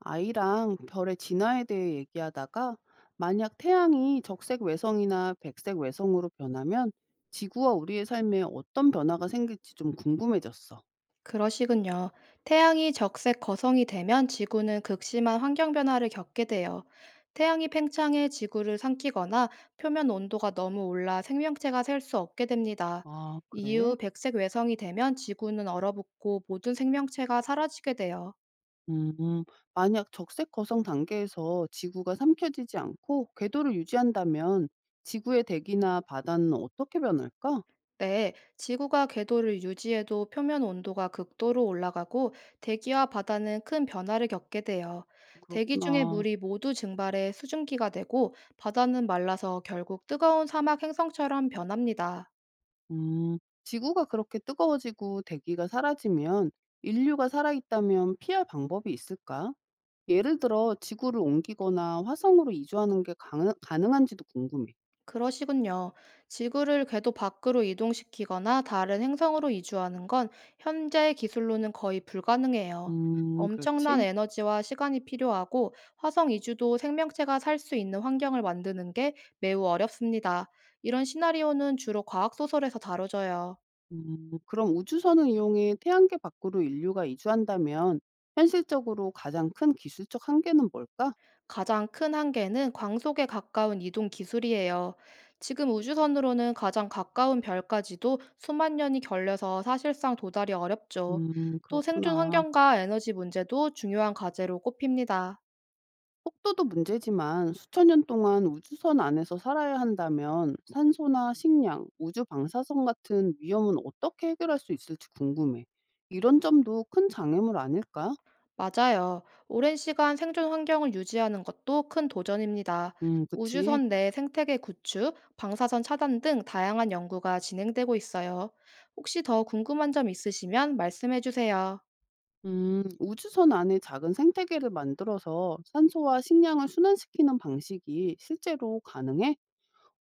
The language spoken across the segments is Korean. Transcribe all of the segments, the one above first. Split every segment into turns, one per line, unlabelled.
아이랑 별의 진화에 대해 얘기하다가 만약 태양이 적색 외성이나 백색 외성으로 변하면 지구와 우리의 삶에 어떤 변화가 생길지 좀 궁금해졌어.
그러시군요. 태양이 적색 거성이 되면 지구는 극심한 환경 변화를 겪게 돼요. 태양이 팽창해 지구를 삼키거나 표면 온도가 너무 올라 생명체가 살 수 없게 됩니다.
아, 그래?
이후 백색 외성이 되면 지구는 얼어붙고 모든 생명체가 사라지게 돼요.
음, 만약 적색 거성 단계에서 지구가 삼켜지지 않고 궤도를 유지한다면 지구의 대기나 바다는 어떻게 변할까?
네, 지구가 궤도를 유지해도 표면 온도가 극도로 올라가고 대기와 바다는 큰 변화를 겪게 돼요. 대기 중의
그렇구나.
물이 모두 증발해 수증기가 되고 바다는 말라서 결국 뜨거운 사막 행성처럼 변합니다.
음, 지구가 그렇게 뜨거워지고 대기가 사라지면 인류가 살아있다면 피할 방법이 있을까? 예를 들어 지구를 옮기거나 화성으로 이주하는 게 가능한지도 궁금해.
그러시군요. 지구를 궤도 밖으로 이동시키거나 다른 행성으로 이주하는 건 현재의 기술로는 거의 불가능해요. 엄청난
그렇지.
에너지와 시간이 필요하고 화성 이주도 생명체가 살 수 있는 환경을 만드는 게 매우 어렵습니다. 이런 시나리오는 주로 과학소설에서 다뤄져요.
그럼 우주선을 이용해 태양계 밖으로 인류가 이주한다면 현실적으로 가장 큰 기술적 한계는 뭘까?
가장 큰 한계는 광속에 가까운 이동 기술이에요. 지금 우주선으로는 가장 가까운 별까지도 수만 년이 걸려서 사실상 도달이 어렵죠. 또 생존
그렇구나.
환경과 에너지 문제도 중요한 과제로 꼽힙니다.
속도도 문제지만 수천 년 동안 우주선 안에서 살아야 한다면 산소나 식량, 우주 방사선 같은 위험은 어떻게 해결할 수 있을지 궁금해. 이런 점도 큰 장애물 아닐까?
맞아요. 오랜 시간 생존 환경을 유지하는 것도 큰 도전입니다.
그치.
우주선 내 생태계 구축, 방사선 차단 등 다양한 연구가 진행되고 있어요. 혹시 더 궁금한 점 있으시면 말씀해 주세요.
우주선 안에 작은 생태계를 만들어서 산소와 식량을 순환시키는 방식이 실제로 가능해?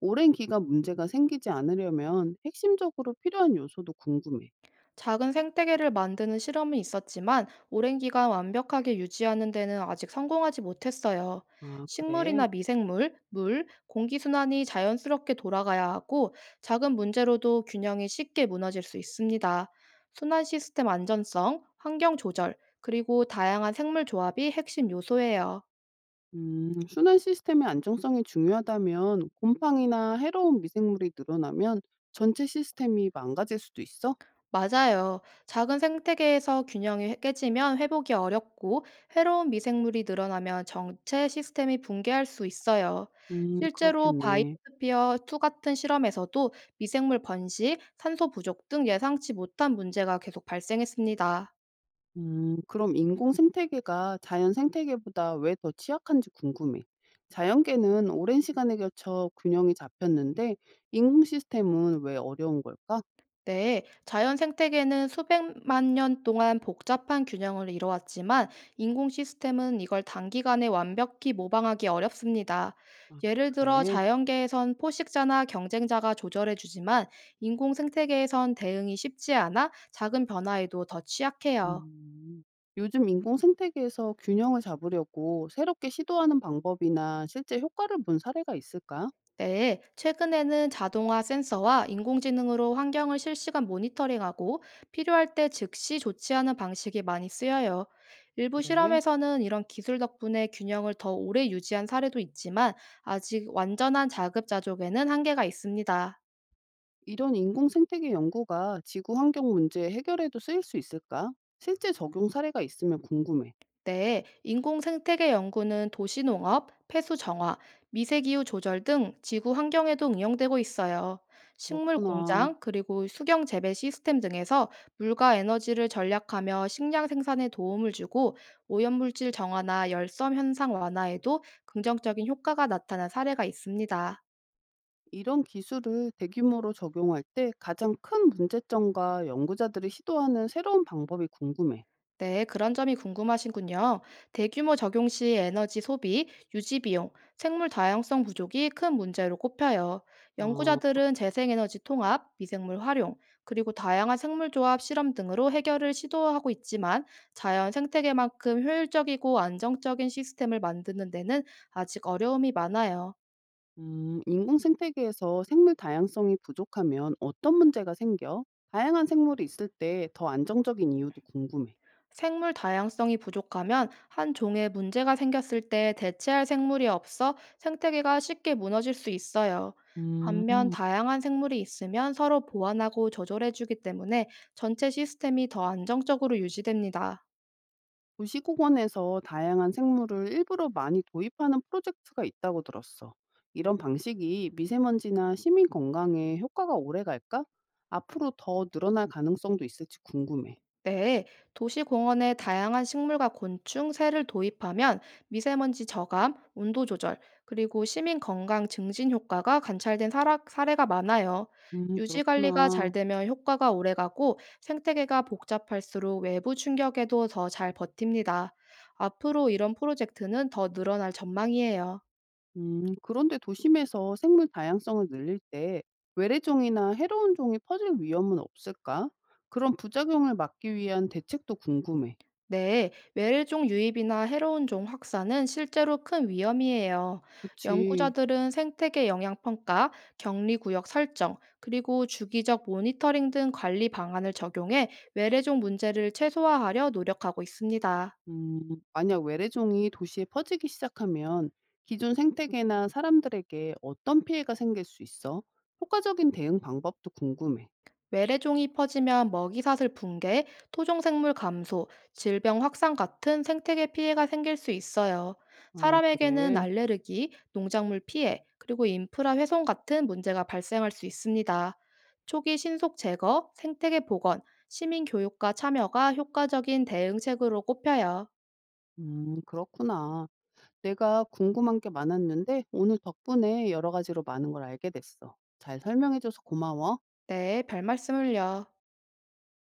오랜 기간 문제가 생기지 않으려면 핵심적으로 필요한 요소도 궁금해.
작은 생태계를 만드는 실험은 있었지만 오랜 기간 완벽하게 유지하는 데는 아직 성공하지 못했어요.
아, 그래.
식물이나 미생물, 물, 공기순환이 자연스럽게 돌아가야 하고 작은 문제로도 균형이 쉽게 무너질 수 있습니다. 순환 시스템 안전성, 환경 조절, 그리고 다양한 생물 조합이 핵심 요소예요.
순환 시스템의 안정성이 중요하다면 곰팡이나 해로운 미생물이 늘어나면 전체 시스템이 망가질 수도 있어?
맞아요. 작은 생태계에서 균형이 깨지면 회복이 어렵고 해로운 미생물이 늘어나면 정체 시스템이 붕괴할 수 있어요. 실제로
그렇겠네.
바이오스피어 2 같은 실험에서도 미생물 번식, 산소 부족 등 예상치 못한 문제가 계속 발생했습니다.
그럼 인공 생태계가 자연 생태계보다 왜 더 취약한지 궁금해. 자연계는 오랜 시간에 걸쳐 균형이 잡혔는데 인공 시스템은 왜 어려운 걸까?
네, 자연 생태계는 수백만 년 동안 복잡한 균형을 이뤄왔지만 인공 시스템은 이걸 단기간에 완벽히 모방하기 어렵습니다.
아,
예를 들어
그래.
자연계에선 포식자나 경쟁자가 조절해주지만 인공 생태계에선 대응이 쉽지 않아 작은 변화에도 더 취약해요.
음, 요즘 인공 생태계에서 균형을 잡으려고 새롭게 시도하는 방법이나 실제 효과를 본 사례가 있을까?
네, 최근에는 자동화 센서와 인공지능으로 환경을 실시간 모니터링하고 필요할 때 즉시 조치하는 방식이 많이 쓰여요. 일부
그래.
실험에서는 이런 기술 덕분에 균형을 더 오래 유지한 사례도 있지만 아직 완전한 자급자족에는 한계가 있습니다.
이런 인공 생태계 연구가 지구 환경 문제 해결에도 쓰일 수 있을까? 실제 적용 사례가 있으면 궁금해.
네, 인공 생태계 연구는 도시 농업, 폐수 정화, 미세기후 조절 등 지구 환경에도 응용되고 있어요. 식물
그렇구나.
공장, 그리고 수경 재배 시스템 등에서 물과 에너지를 절약하며 식량 생산에 도움을 주고 오염물질 정화나 열섬 현상 완화에도 긍정적인 효과가 나타난 사례가 있습니다.
이런 기술을 대규모로 적용할 때 가장 큰 문제점과 연구자들이 시도하는 새로운 방법이 궁금해.
네, 그런 점이 궁금하신군요. 대규모 적용 시 에너지 소비, 유지 비용, 생물 다양성 부족이 큰 문제로 꼽혀요.
아,
연구자들은 재생에너지 통합, 미생물 활용, 그리고 다양한 생물 조합 실험 등으로 해결을 시도하고 있지만 자연 생태계만큼 효율적이고 안정적인 시스템을 만드는 데는 아직 어려움이 많아요.
인공 생태계에서 생물 다양성이 부족하면 어떤 문제가 생겨? 다양한 생물이 있을 때 더 안정적인 이유도 궁금해.
생물 다양성이 부족하면 한 종에 문제가 생겼을 때 대체할 생물이 없어 생태계가 쉽게 무너질 수 있어요. 반면
음,
다양한 생물이 있으면 서로 보완하고 조절해주기 때문에 전체 시스템이 더 안정적으로 유지됩니다.
도시공원에서 다양한 생물을 일부러 많이 도입하는 프로젝트가 있다고 들었어. 이런 방식이 미세먼지나 시민 건강에 효과가 오래 갈까? 앞으로 더 늘어날 가능성도 있을지 궁금해.
네, 도시공원에 다양한 식물과 곤충, 새를 도입하면 미세먼지 저감, 온도 조절, 그리고 시민 건강 증진 효과가 관찰된 사례가 많아요. 유지 관리가
그렇구나.
잘 되면 효과가 오래 가고 생태계가 복잡할수록 외부 충격에도 더 잘 버팁니다. 앞으로 이런 프로젝트는 더 늘어날 전망이에요.
그런데 도심에서 생물 다양성을 늘릴 때 외래종이나 해로운 종이 퍼질 위험은 없을까? 그런 부작용을 막기 위한 대책도 궁금해.
네, 외래종 유입이나 해로운 종 확산은 실제로 큰 위험이에요.
그치.
연구자들은 생태계 영향 평가, 격리 구역 설정, 그리고 주기적 모니터링 등 관리 방안을 적용해 외래종 문제를 최소화하려 노력하고 있습니다.
음, 만약 외래종이 도시에 퍼지기 시작하면 기존 생태계나 사람들에게 어떤 피해가 생길 수 있어? 효과적인 대응 방법도 궁금해.
외래종이 퍼지면 먹이사슬 붕괴, 토종생물 감소, 질병 확산 같은 생태계 피해가 생길 수 있어요.
아,
사람에게는
그래.
알레르기, 농작물 피해, 그리고 인프라 훼손 같은 문제가 발생할 수 있습니다. 초기 신속 제거, 생태계 복원, 시민 교육과 참여가 효과적인 대응책으로 꼽혀요.
그렇구나. 내가 궁금한 게 많았는데 오늘 덕분에 여러 가지로 많은 걸 알게 됐어. 잘 설명해줘서 고마워.
네, 별 말씀을요.